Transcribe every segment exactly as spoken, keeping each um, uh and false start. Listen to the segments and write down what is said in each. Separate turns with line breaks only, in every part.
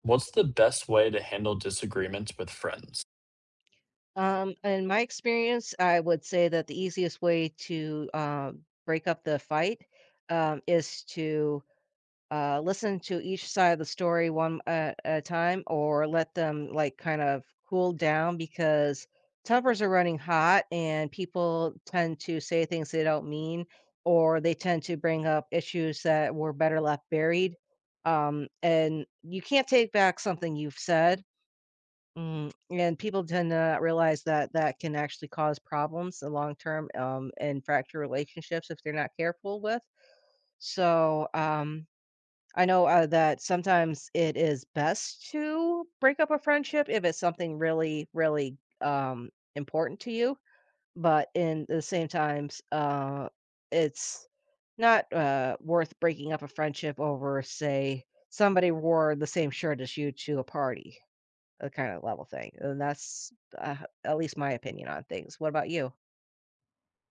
What's the best way to handle disagreements with friends?
Um, in my experience, I would say that the easiest way to um, break up the fight um, is to uh, listen to each side of the story one uh, at a time, or let them like kind of cool down because tempers are running hot, and people tend to say things they don't mean, or they tend to bring up issues that were better left buried. Um, and you can't take back something you've said. Mm, and people tend to not realize that that can actually cause problems in long term, um, and fracture relationships if they're not careful with. So, um, I know, uh, that sometimes it is best to break up a friendship if it's something really, really, um, important to you, but in the same times, uh, it's not, uh, worth breaking up a friendship over, say, somebody wore the same shirt as you to a party. That kind of level thing, and that's, uh, at least my opinion on things. What about you?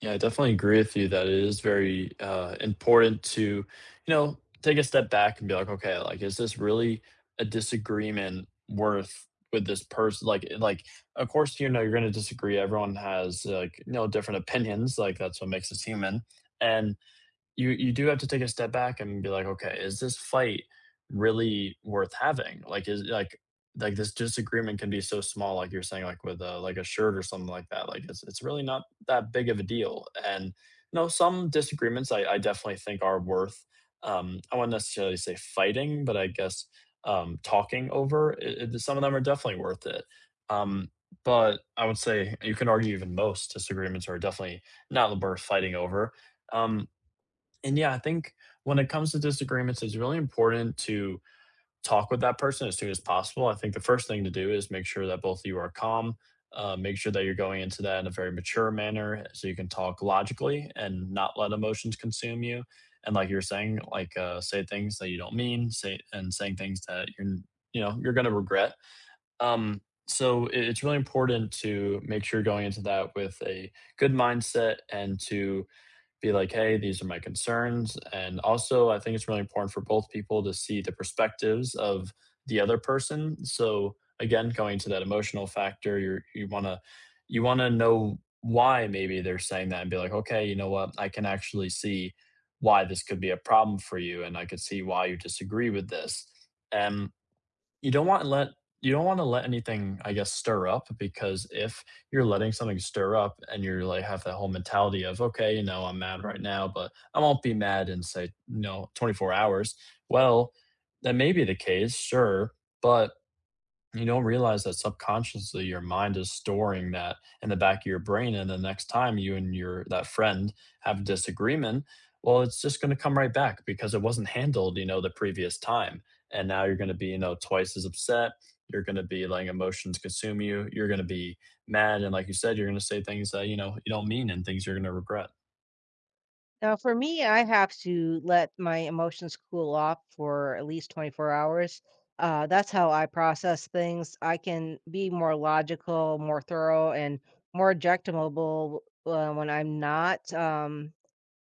Yeah, I definitely agree with you that it is very uh, important to, you know, take a step back and be like, okay, like, is this really a disagreement worth with this person? Like, eh, like, of course, you know, you're going to disagree. Everyone has like, you know, different opinions. Like, that's what makes us human. And you you do have to take a step back and be like, okay, is this fight really worth having? Like, is like like this disagreement can be so small, like you're saying, like with a, like a shirt or something like that. Like it's it's really not that big of a deal. And you know, some disagreements I, I definitely think are worth. Um, I wouldn't necessarily say fighting, but I guess um, talking over. It, it- some of them are definitely worth it. Um, but I would say you can argue even most disagreements are definitely not worth fighting over. Um, and yeah, I think when it comes to disagreements, it's really important to talk with that person as soon as possible. I think the first thing to do is make sure that both of you are calm. Uh, make sure that you're going into that in a very mature manner so you can talk logically and not let emotions consume you. And like you're saying, like uh, say things that you don't mean, say and saying things that you're you know you're going to regret. Um, so it- it's really important to make sure you're going into that with a good mindset and to be like, hey, these are my concerns. And also, I think it's really important for both people to see the perspectives of the other person. So again, going to that emotional factor, you you want to you want to know why maybe they're saying that and be like, okay, you know what, I can actually see why this could be a problem for you, and I could see why you disagree with this. And you don't want to let you don't want to let anything, I guess, stir up, because if you're letting something stir up and you're like have that whole mentality of, okay, you know, I'm mad right now, but I won't be mad in say, you know, twenty-four hours. Well, that may be the case, sure, but you don't realize that subconsciously your mind is storing that in the back of your brain, and the next time you and your that friend have a disagreement, well, it's just going to come right back because it wasn't handled you know the previous time. And now you're going to be you know twice as upset. You're going to be letting emotions consume you you're going to be mad, and like you said, you're going to say things that you know you don't mean, and things you're going to regret.
Now for me, I have to let my emotions cool off for at least twenty-four hours. Uh, that's how I process things. I can be more logical, more thorough, and more objectionable, uh, when I'm not, um,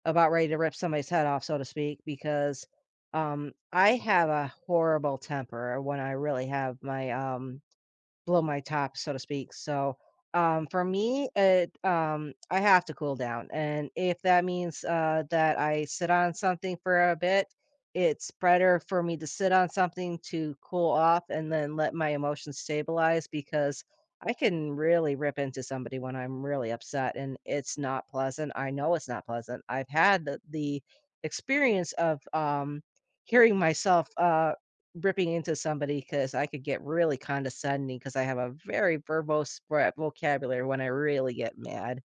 about ready to rip somebody's head off, so to speak, because, um, I have a horrible temper when I really have my, um blow my top, so to speak. So, um, for me, it um, I have to cool down, and if that means uh, that I sit on something for a bit, it's better for me to sit on something to cool off and then let my emotions stabilize because I can really rip into somebody when I'm really upset, and it's not pleasant. I know it's not pleasant. I've had the, the experience of um, hearing myself uh, ripping into somebody because I could get really condescending because I have a very verbose spra vocabulary when I really get mad,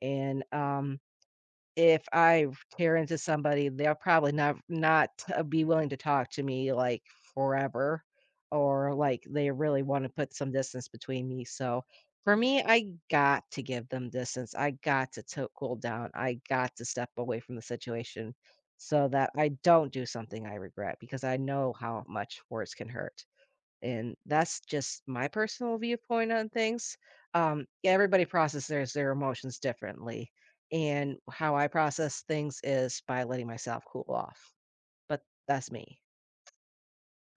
and, um if I tear into somebody, they'll probably not not uh, be willing to talk to me, like, forever, or, like, they really wanna put some distance between me. So, for me, I got to give them distance, I got to to cool down, I got to step away from the situation so that I don't do something I regret because I know how much words can hurt. And that's just my personal viewpoint on things. Um, yeah, everybody processes their emotions differently. And how I process things is by letting myself cool off. But that's me.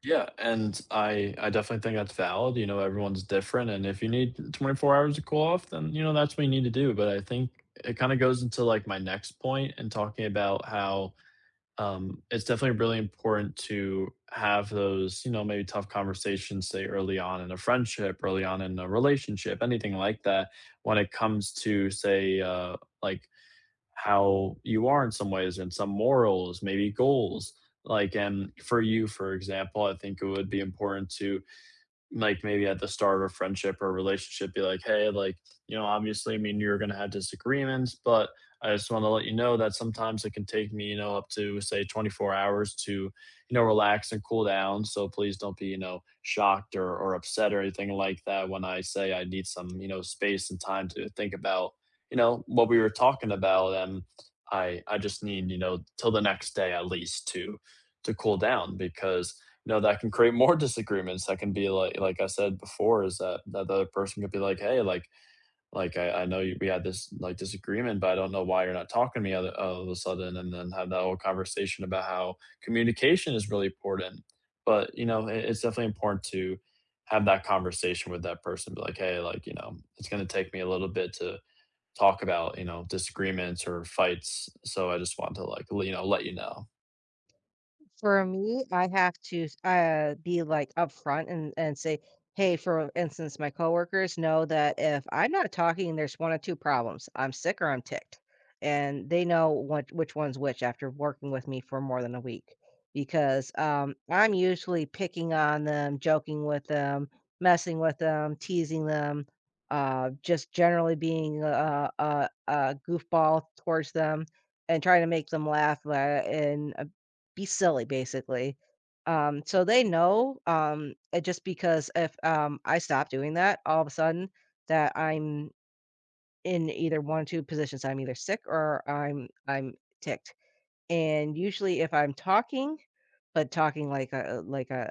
Yeah, and I I definitely think that's valid. You know, everyone's different, and if you need twenty-four hours to cool off, then, you know, that's what you need to do. But I think it kinda goes into, like, my next point, and talking about how, um, it's definitely really important to have those, you know, maybe tough conversations, say, early on in a friendship, early on in a relationship, anything like that, when it comes to, say, uh, like, how you are in some ways and some morals, maybe goals. Like, and for you, for example, I think it would be important to like maybe at the start of a friendship or a relationship be like, hey, like you know obviously, I mean, you're going to have disagreements, but I just want to let you know that sometimes it can take me you know up to say twenty-four hours to you know relax and cool down, so please don't be you know shocked or, or upset or anything like that when I say I need some you know space and time to think about you know what we were talking about. And i i just need you know till the next day at least to to cool down, because you know, that can create more disagreements. That can be like like I said before, is that that the other person could be like, "Hey, like like, I I know you we had this, like, disagreement, but I don't know why you're not talking to me all all of a sudden," and then have that whole conversation about how communication is really important. But, you know, it it's definitely important to have that conversation with that person, be like, "Hey, like, you know, it's gonna take me a little bit to talk about, you know, disagreements or fights, so I just want to, like, le you know, let you know."
For me, I have to uh, be, like, upfront and and say, "Hey," for instance, my coworkers know that if I'm not talking, there's one of two problems. I'm sick or I'm ticked, and they know what which one's which after working with me for more than a week because, um, I'm usually picking on them, joking with them, messing with them, teasing them, uh, just generally being a a a goofball towards them and trying to make them laugh, la and uh, be silly, basically. Um, so they know, um, uh, just because if, um, I stop doing that, all of a sudden that I'm in either one or two positions, I'm either sick or I'm I'm ticked. And usually if I'm talking, but talking like a like a,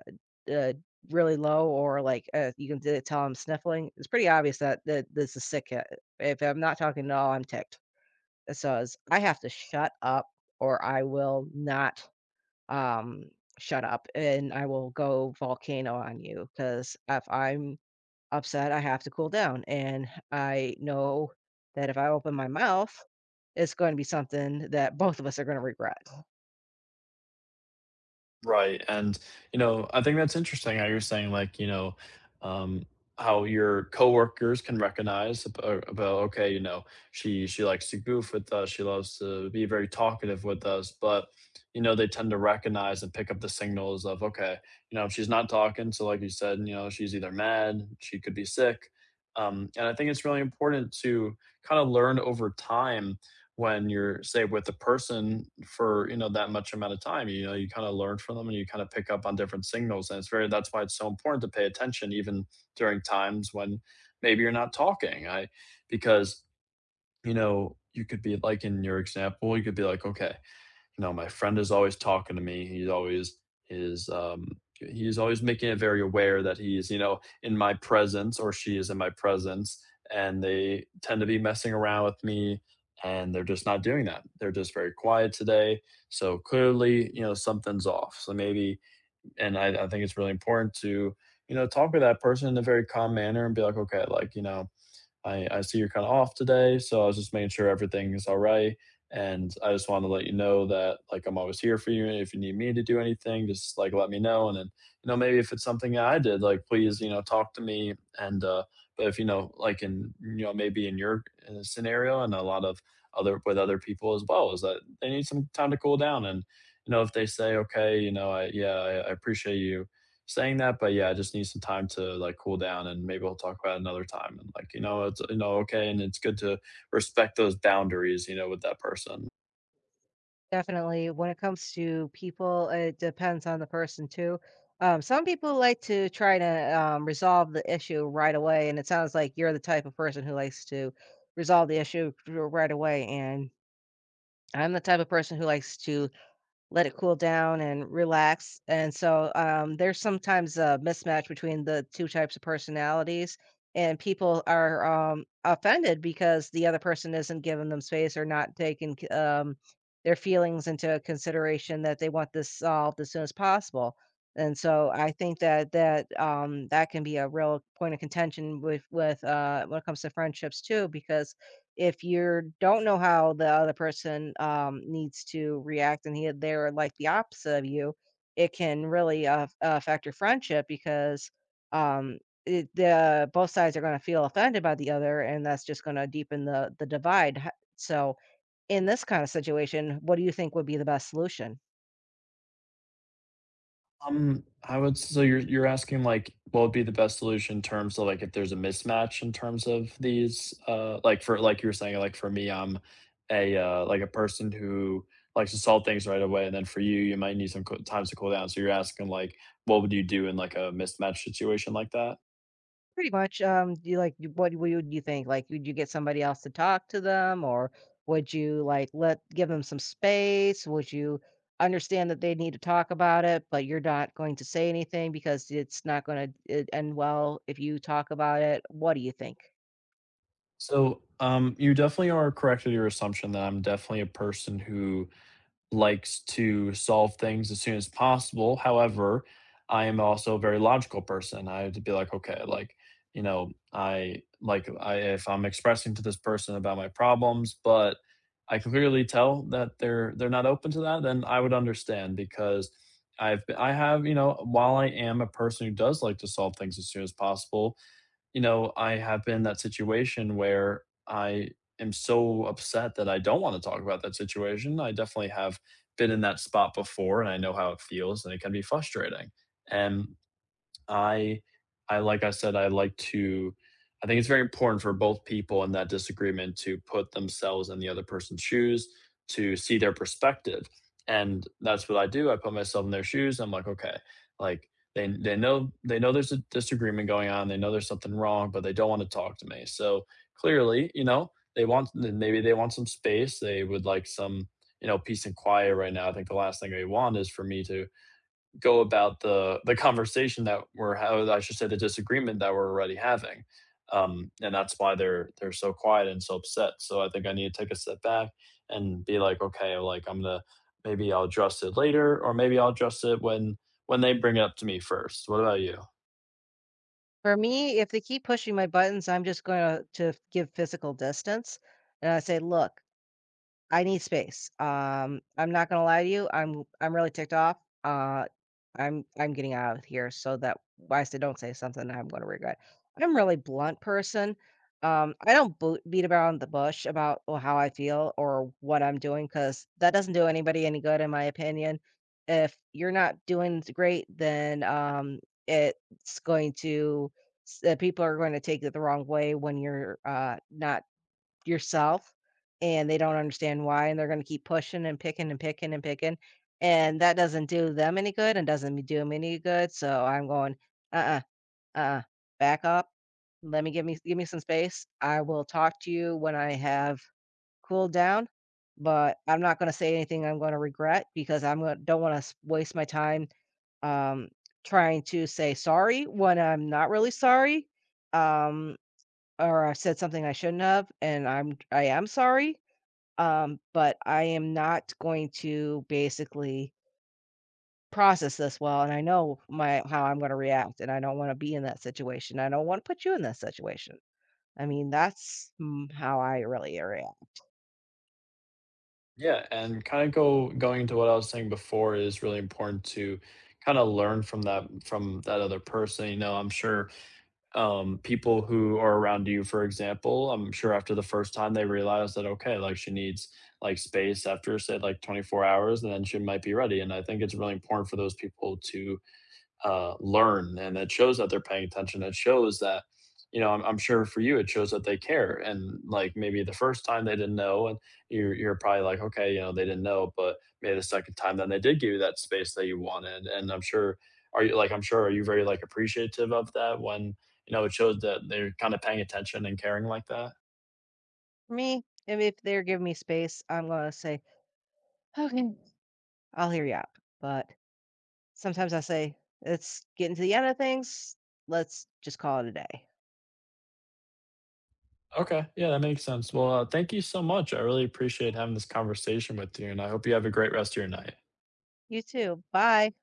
uh, really low or like, uh, you can t tell I'm sniffling, it's pretty obvious that that this is sick. Uh, if I'm not talking at all, I'm ticked. So it's I have to shut up or I will not um, shut up and I will go volcano on you because if I'm upset, I have to cool down. And I know that if I open my mouth, it's going to be something that both of us are going to regret.
Right, and, you know, I think that's interesting how you're saying, like, you know, um, how your coworkers can recognize ab uh, about, okay, you know, she she likes to goof with us, she loves to be very talkative with us, but, you know, they tend to recognize and pick up the signals of, okay, you know, if she's not talking, so like you said, you know, she's either mad, she could be sick. Um, and I think it's really important to kinda learn over time when you're say with a person for you know that much amount of time, you know you kind of learn from them and you kind of pick up on different signals. And it's very that's why it's so important to pay attention even during times when maybe you're not talking, I because you know you could be like in your example, you could be like, okay, you know, my friend is always talking to me. He's always is um he's always making it very aware that he's, you know, in my presence, or she is in my presence, and they tend to be messing around with me, and they're just not doing that. They're just very quiet today. So clearly, you know, something's off. So maybe and I, I think it's really important to, you know, talk with that person in a very calm manner and be like, okay, like, you know, I I see you're kinda off today, so I was just making sure everything is all right, and I just wanted to let you know that, like, I'm always here for you, and if you need me to do anything, just, like, let me know. And then, you know, maybe if it's something that I did, like, please, you know, talk to me, and, uh But if, you know, like, in you know, maybe in your, uh, scenario, and a lot of other with other people as well, is that they need some time to cool down. And, you know, if they say, "Okay, you know, I yeah, I I appreciate you saying that, but yeah, I just need some time to like cool down, and maybe we'll talk about it another time." And like, you know, it's you know, okay. And it's good to respect those boundaries, you know, with that person.
Definitely. When it comes to people, it depends on the person too. Um, some people like to try to um, resolve the issue right away. And it sounds like you're the type of person who likes to resolve the issue r- right away. And I'm the type of person who likes to let it cool down and relax. And so, um, there's sometimes a mismatch between the two types of personalities, and people are, um, offended because the other person isn't giving them space or not taking c um, their feelings into consideration that they want this solved as soon as possible. And so I think that that, um, that can be a real point of contention with with, uh, when it comes to friendships too because if you don't know how the other person, um, needs to react and he they're like the opposite of you, it can really af affect your friendship because, um, it the both sides are gonna feel offended by the other, and that's just gonna deepen the the divide. Ho So, in this kind of situation, what do you think would be the best solution?
Um, I would so you're you're asking like what would be the best solution in terms of like if there's a mismatch in terms of these uh like for like you were saying, like for me, I'm a uh like a person who likes to solve things right away, and then for you you might need some co- times to cool down, so you're asking like what would you do in like a mismatch situation like that?
Pretty much, um, do you, like, you what would you think? Like, would you get somebody else to talk to them, or would you, like, let give them some space? Would you understand that they need to talk about it, but you're not going to say anything because it's not gonna e end well if you talk about it? What do you think?
So, um, you definitely are correct in your assumption that I'm definitely a person who likes to solve things as soon as possible. However, I am also a very logical person. I have to be like, okay, like, you know, I like I if I'm expressing to this person about my problems, but I can clearly tell that they're they're not open to that, then I would understand because I've I have, you know, while I am a person who does like to solve things as soon as possible, you know, I have been in that situation where I am so upset that I don't wanna talk about that situation. I definitely have been in that spot before, and I know how it feels, and it can be frustrating. And I I like I said, I like to I think it's very important for both people in that disagreement to put themselves in the other person's shoes, to see their perspective. And that's what I do. I put myself in their shoes. I'm like, okay, like they they know they know there's a disagreement going on. They know there's something wrong, but they don't want to talk to me. So clearly, you know, they want maybe they want some space. They would like some, you know, peace and quiet right now. I think the last thing they want is for me to go about the the conversation that we're, how I should say, the disagreement that we're already having. Um, and that's why they're they're so quiet and so upset. So I think I need to take a step back and be like, okay, like I'm gonna maybe I'll address it later, or maybe I'll address it when when they bring it up to me first. What about you?
For me, if they keep pushing my buttons, I'm just gonna to to give physical distance, and I say, "Look, I need space. Um, I'm not gonna lie to you, I'm I'm really ticked off. Uh, I'm I'm getting out of here so that I said don't say something I'm gonna regret. I'm a really blunt person. Um, I don't bo beat around the bush about o how I feel or what I'm doing doing because that doesn't do anybody any good in my opinion. If you're not doing great, then, um, it's going to s uh, people are gonna take it the wrong way when you're, uh, not yourself, and they don't understand why, and they're gonna keep pushing and picking and picking and picking, and that doesn't do them any good and doesn't do do 'em any good, so I'm going, "Uh-uh, uh-uh, back up, let me give me give me some space, I will talk to you when I have cooled down, but I'm not gonna say anything I'm gonna regret because I'm gon don't wanna waste my time, um, trying to say sorry when I'm not really sorry, um, or I said something I shouldn't have, and I'm I am sorry." Um, but I am not going to basically process this well, and I know my how I'm gonna react, and I don't wanna be in that situation. I don't wanna put you in that situation. I mean, that's, mm, how I really react.
Yeah, and kind of go going into what I was saying before, it is really important to kind of learn from that from that other person. You know, I'm sure um, people who are around you, for example, I'm sure after the first time they realize that, okay, like she needs like space after say like twenty-four hours, and then she might be ready. And I think it's really important for those people to uh, learn, and it shows that they're paying attention. It shows that, you know, I'm, I'm sure for you, it shows that they care. And like maybe the first time they didn't know, and you're you're probably like, okay, you know, they didn't know, but maybe the second time then they did give you that space that you wanted. And I'm sure, are you like, I'm sure, are you very like appreciative of that when you know it shows that they're kind of paying attention and caring like that?
For me, if if they're giving me space, I'm gonna say, "Okay, I'll hear you out," but sometimes I say, "Let's get into the end of things. Let's just call it a day."
Okay, yeah, that makes sense. Well, uh, thank you so much. I really appreciate having this conversation with you, and I hope you have a great rest of your night.
You too. Bye.